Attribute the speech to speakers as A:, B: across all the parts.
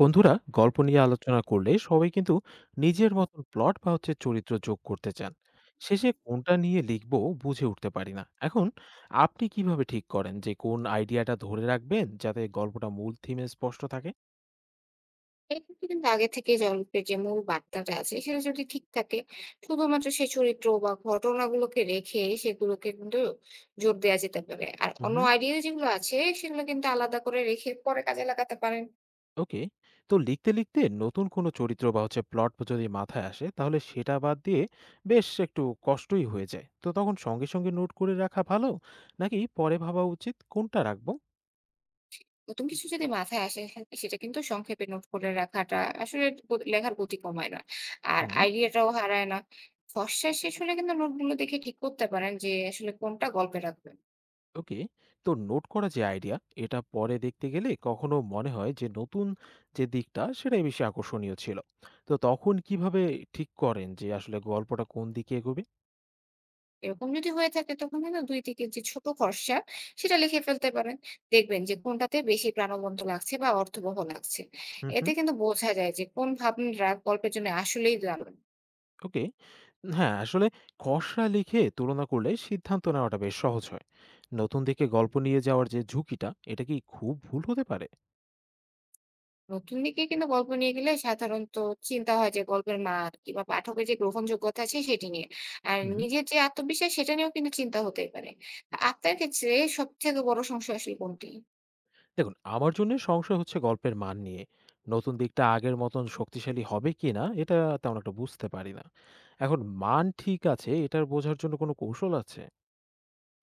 A: বন্ধুরা গল্প নিয়ে আলোচনা করলে সবাই কিন্তু নিজের মতন প্লট বা চরিত্র যোগ করতে চান, শেষে কোনটা নিয়ে লিখবো বুঝে উঠতে পারি না। এখন আপনি কিভাবে ঠিক করেন যে কোন আইডিয়াটা ধরে রাখবেন যাতে গল্পটা মূল থিমে স্পষ্ট থাকে?
B: এক্ষেত্রে কিন্তু আগে থেকেই গল্পের যে মূল বার্তাটা আছে সেটা যদি ঠিক থাকে, শুধুমাত্র সেই চরিত্র বা ঘটনাগুলোকে রেখে সেগুলোকে কিন্তু জোর দেওয়া যেতে পারে। আর অন্য
A: হুম।
B: আইডিয়া যেগুলো আছে সেগুলো কিন্তু আলাদা করে রেখে পরে কাজে লাগাতে পারেন।
A: ওকে। তো লিখতে লিখতে নতুন কোনো চরিত্র বা প্লট যদি মাথায় আসে, তাহলে সেটা বাদ দিয়ে বেশ একটু কষ্টই হয়ে যায়। তো তখন সঙ্গে সঙ্গে নোট করে রাখা ভালো নাকি পরে ভাবা উচিত কোনটা রাখবো?
B: নতুন কিছু যদি মাথায় আসে সেটা কিন্তু সংক্ষেপে নোট করে রাখাটা আসলে লেখার গতি কমায় না, আর
A: হুম।
B: আইডিয়াটাও হারায় না। খসড়া শেষ হলে কিন্তু নোটগুলো দেখে ঠিক করতে পারেন যে আসলে কোনটা গল্পে রাখবেন।
A: ওকে। তো নোট করা যে আইডিয়া, এটা পরে দেখতে গেলে কখনো মনে হয় যে নতুন যে দিকটা সেটাই বেশি আকর্ষণীয় ছিল। তো তখন কিভাবে ঠিক করেন যে আসলে গল্পটা কোন দিকে এগোবে?
B: এরকম যদি হয়ে থাকে তখন না ২-৩ যে ছোট খরচা সেটা লিখে ফেলতে পারেন। দেখবেন যে কোনটাতে বেশি প্রাণবন্ত লাগছে বা অর্থবহ লাগছে।
A: হুম
B: এতে
A: হুম।
B: কিন্তু বোঝা যায় যে কোন ভাবনাটা গল্পের জন্য আসলেই দারুণ।
A: ওকে। হ্যাঁ, আসলে খসড়া লিখে তুলনা করলে সিদ্ধান্ত নেওয়াটা বেশ সহজ হয়। নতুন দিকে গল্প নিয়ে যাওয়ার যে ঝুঁকিটা, এটা কি খুব ভুল হতে পারে?
B: নতুন দিকে কিন্তু গল্প নিয়ে গেলে সাধারণত চিন্তা হয় যে গল্পের মান কিংবা পাঠকের যে গ্রহণযোগ্যতা আছে সেটি নিয়ে। আর
A: হুম।
B: নিজের যে আত্মবিশ্বাস সেটা নিয়েও কিন্তু চিন্তা হতেই পারে। আপনার ক্ষেত্রে সবথেকে বড় সমস্যা আসলে কোনটি?
A: দেখুন, আমার জন্যে সংশয় হচ্ছে গল্পের মান নিয়ে। নতুন দিকটা আগের মতন শক্তিশালী হবে কিনা এটা তেমন একটা বুঝতে পারি না। এখন মান ঠিক আছে এটার বোঝার জন্য কোনো কৌশল আছে?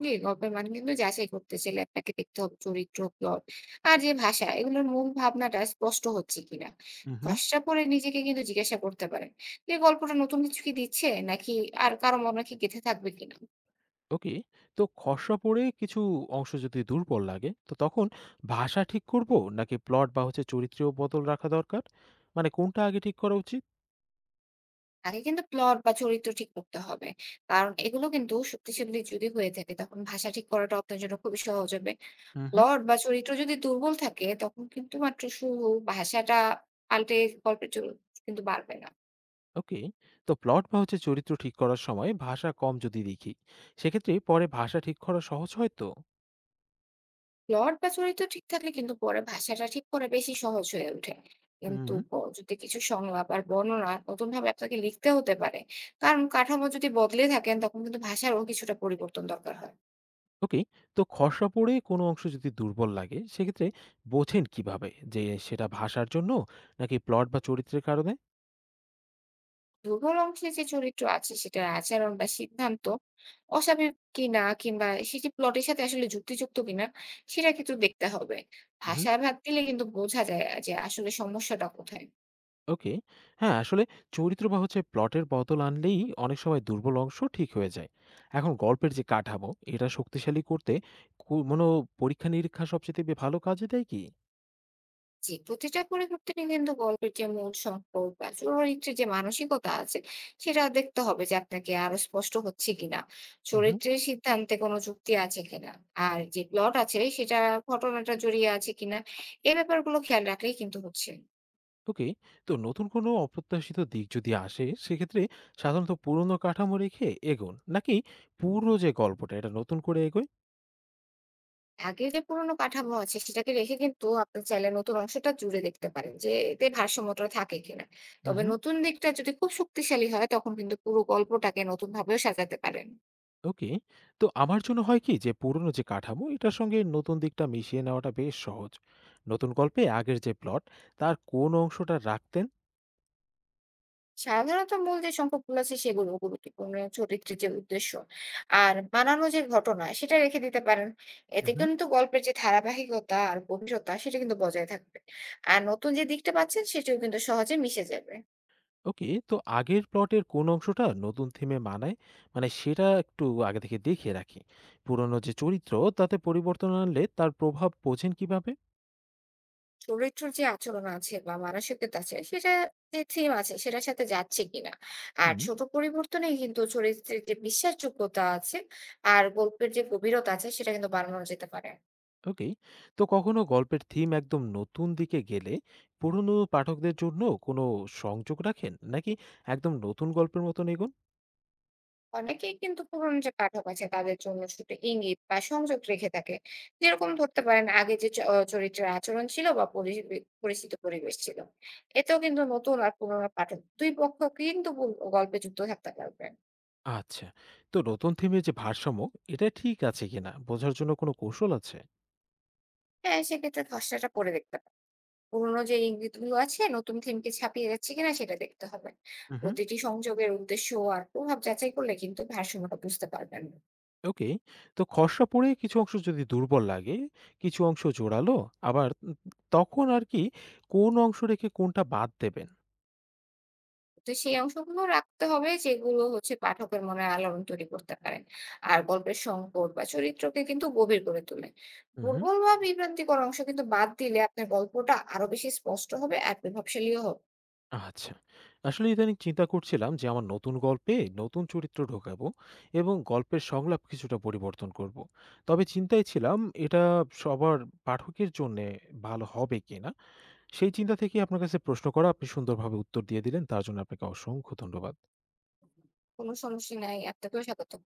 B: জি, গল্পের মান কিন্তু যাচাই করতে চাইলে আপনাকে দেখতে হবে চরিত্র, প্লট আর যে ভাষা এগুলোর মূল ভাবনাটা স্পষ্ট হচ্ছে কিনা।
A: উম হুম।
B: ফর্সা পড়ে নিজেকে কিন্তু জিজ্ঞাসা করতে পারেন যে গল্পটা নতুন কিছু কি দিচ্ছে নাকি আর কারো মনে কি গেঁথে থাকবে কিনা।
A: ওকে, তো খসড়া পড়ে কিছু অংশ যদি দুর্বল লাগে তো তখন ভাষা ঠিক করব নাকি প্লট বা চরিত্রেও বদল রাখা দরকার? মানে কোনটা আগে ঠিক করা উচিত?
B: আগে কিন্তু প্লট বা চরিত্র ঠিক করতে হবে। কারণ এগুলো কিন্তু শক্তিশালী যদি হয়ে থাকে তখন ভাষা ঠিক করাটা আপনার জন্য খুবই সহজ হবে।
A: উম হুম।
B: প্লট বা চরিত্র যদি দুর্বল থাকে তখন কিন্তু মাত্র শুরু ভাষাটা পাল্টে গল্পের চরিত্র কিন্তু বাড়বে না।
A: ওকে, তো প্লট বা চরিত্র ঠিক করার সময় ভাষা কম যদি দেখি, সেক্ষেত্রে পরে ভাষা ঠিক করা সহজ হয় তো?
B: প্লট বা চরিত্র ঠিক থাকলে কিন্তু পরে ভাষাটা ঠিক করা বেশি সহজ হয়ে ওঠে, কিন্তু
A: হুম।
B: যদি কিছু সংলাপ আর বর্ণনা নতুন ভাবে আপনাকে লিখতে হতে পারে। কারণ কাঠামো যদি বদলে থাকেন তখন কিন্তু ভাষারও কিছুটা পরিবর্তন দরকার হয়।
A: ওকে। তো খসড়া পড়ে কোনো অংশ যদি দুর্বল লাগে, সেক্ষেত্রে বোঝেন কিভাবে যে সেটা ভাষার জন্য নাকি প্লট বা চরিত্রের কারণে?
B: দুর্বল অংশে যে চরিত্র আছে সেটার আচরণ বা সিদ্ধান্ত অস্বাভাবিক কিনা কিংবা সেটি প্লটের সাথে আসলে যুক্তিযুক্ত কিনা সেটা কিন্তু দেখতে হবে।
A: উহু।
B: ভাষা ভাগ দিলে কিন্তু বোঝা যায় যে আসলে সমস্যাটা কোথায়।
A: ওকে। হ্যাঁ, আসলে চরিত্র বা প্লটের বদল আনলেই অনেক সময় দুর্বল অংশ ঠিক হয়ে যায়। এখন গল্পের যে কাঠামো, এটা শক্তিশালী করতে কোনো পরীক্ষা-নিরীক্ষা সবচাইতে ভালো কাজে দেয় কি?
B: জি, প্রতিটা পরিবর্তনই কিন্তু গল্পের যে মূল সম্পর্ক বা চরিত্রের যে মানসিকতা আছে সেটা দেখতে হবে যে আপনাকে আরো স্পষ্ট হচ্ছে কিনা,
A: উহু।
B: চরিত্রের সিদ্ধান্তে কোনো যুক্তি আছে কিনা, আর যে প্লট আছে সেটা ঘটনাটা জড়িয়ে আছে কিনা। এই ব্যাপারগুলো খেয়াল রাখলেই কিন্তু হচ্ছে।
A: ওকে। তো নতুন কোনো অপ্রত্যাশিত দিক যদি আসে, সেক্ষেত্রে সাধারণত পুরনো কাঠামো রেখে এগোন নাকি পুরো যে গল্পটা, এটা নতুন করে এগোয়?
B: আগে যে পুরোনো কাঠামো আছে সেটাকে রেখে কিন্তু আপনি চাইলে নতুন অংশটা জুড়ে দেখতে পারেন যে এতে ভারসাম্যটা থাকে কিনা। তবে
A: উহু।
B: নতুন দিকটা যদি খুব শক্তিশালী হয় তখন কিন্তু পুরো গল্পটাকে নতুন ভাবেও সাজাতে পারেন।
A: ওকে। তো আমার জন্য হয় কি যে পুরনো যে কাঠামো এটার সঙ্গে নতুন দিকটা মিশিয়ে নেওয়াটা বেশ সহজ। নতুন গল্পে আগের যে প্লট, তার কোন অংশটা রাখতেন?
B: সাধারণত মূল যে সংখ্যাগুলো আছে সেগুলো গুরুত্বপূর্ণ চরিত্রের যে উদ্দেশ্য আর বানানো যে ঘটনা সেটা রেখে দিতে পারেন। এতে
A: হুম।
B: কিন্তু গল্পের যে ধারাবাহিকতা আর গভীরতা সেটা কিন্তু বজায় থাকবে। আর নতুন যে দিকটা পাচ্ছেন সেটাও কিন্তু সহজে মিশে যাবে।
A: ওকে। তো আগের প্লটের কোন অংশটা নতুন থিমে মানায়, মানে সেটা একটু আগে থেকে দেখে রাখি। পুরনো যে চরিত্র, তাতে পরিবর্তন আনলে তার প্রভাব বোঝেন কিভাবে?
B: চরিত্র যে আচরণ আছে বা মানসিকতা আছে সেটা যে থিম আছে সেটার সাথে যাচ্ছে কিনা, আর
A: হুম।
B: ছোট পরিবর্তনে কিন্তু চরিত্রের যে বিশ্বাসযোগ্যতা আছে আর গল্পের যে গভীরতা আছে সেটা কিন্তু বাড়ানো যেতে পারে।
A: ওকে। তো কখনো গল্পের থিম একদম নতুন দিকে গেলে পুরনো পাঠকদের জন্য কোনো সংযোগ রাখেন নাকি একদম নতুন গল্পের মতন এগোন?
B: অনেকেই কিন্তু ধরুন যে পাঠক আছে তাদের জন্য শুধু ইঙ্গিত বা সংযোগ রেখে থাকে। যেরকম ধরতে পারেন, আগে যে চ- আহ চরিত্রের আচরণ ছিল বা পরিচিত পরিবেশ ছিল। এতেও কিন্তু নতুন আর পুরোনো পাঠক দুই পক্ষ কিন্তু গল্পে যুক্ত থাকতে পারবে।
A: আচ্ছা। তো নতুন থিমের যে ভারসাম্য, এটা ঠিক আছে কিনা বোঝার জন্য কোনো কৌশল আছে?
B: হ্যাঁ, সেক্ষেত্রে খসড়াটা পড়ে দেখতে পারেন, পুরোনো যে ইঙ্গিত গুলো আছে নতুন থিমকে ছাপিয়ে যাচ্ছে কিনা সেটা দেখতে হবে।
A: উহু।
B: প্রতিটি সংযোগের উদ্দেশ্য আর প্রভাব যাচাই করলে কিন্তু ভারসাম্যটা বুঝতে পারবেন।
A: ওকে। তো খসড়া পড়ে কিছু অংশ যদি দুর্বল লাগে, কিছু অংশ জোরালো, আবার তখন আর কি কোন অংশ রেখে কোনটা বাদ দেবেন?
B: তো সেই অংশগুলো রাখতে হবে যেগুলো হচ্ছে পাঠকের মনে আলোড়ন তৈরি করতে পারে। আর গল্পের সংকট বা চরিত্রকে কিন্তু গভীর করে তোলে।
A: উহু।
B: দুর্বল বা বিভ্রান্তিকর অংশ কিন্তু বাদ দিলে আপনার গল্পটা আরো বেশি স্পষ্ট হবে আর প্রভাবশালীও হবে।
A: আচ্ছা। আসলে ইদানিং চিন্তা করছিলাম যে আমার নতুন গল্পে নতুন চরিত্র ঢোকাবো এবং গল্পের সংলাপ কিছুটা পরিবর্তন করব। তবে চিন্তায় ছিলাম এটা সবার পাঠকের জন্যে ভালো হবে কিনা? সেই চিন্তা থেকেই আপনার কাছে প্রশ্ন করা, আপনি সুন্দরভাবে উত্তর দিয়ে দিলেন। তার জন্য আপনাকে অসংখ্য ধন্যবাদ।
B: কোনো সমস্যা নাই। আপনাকেও স্বাগতম।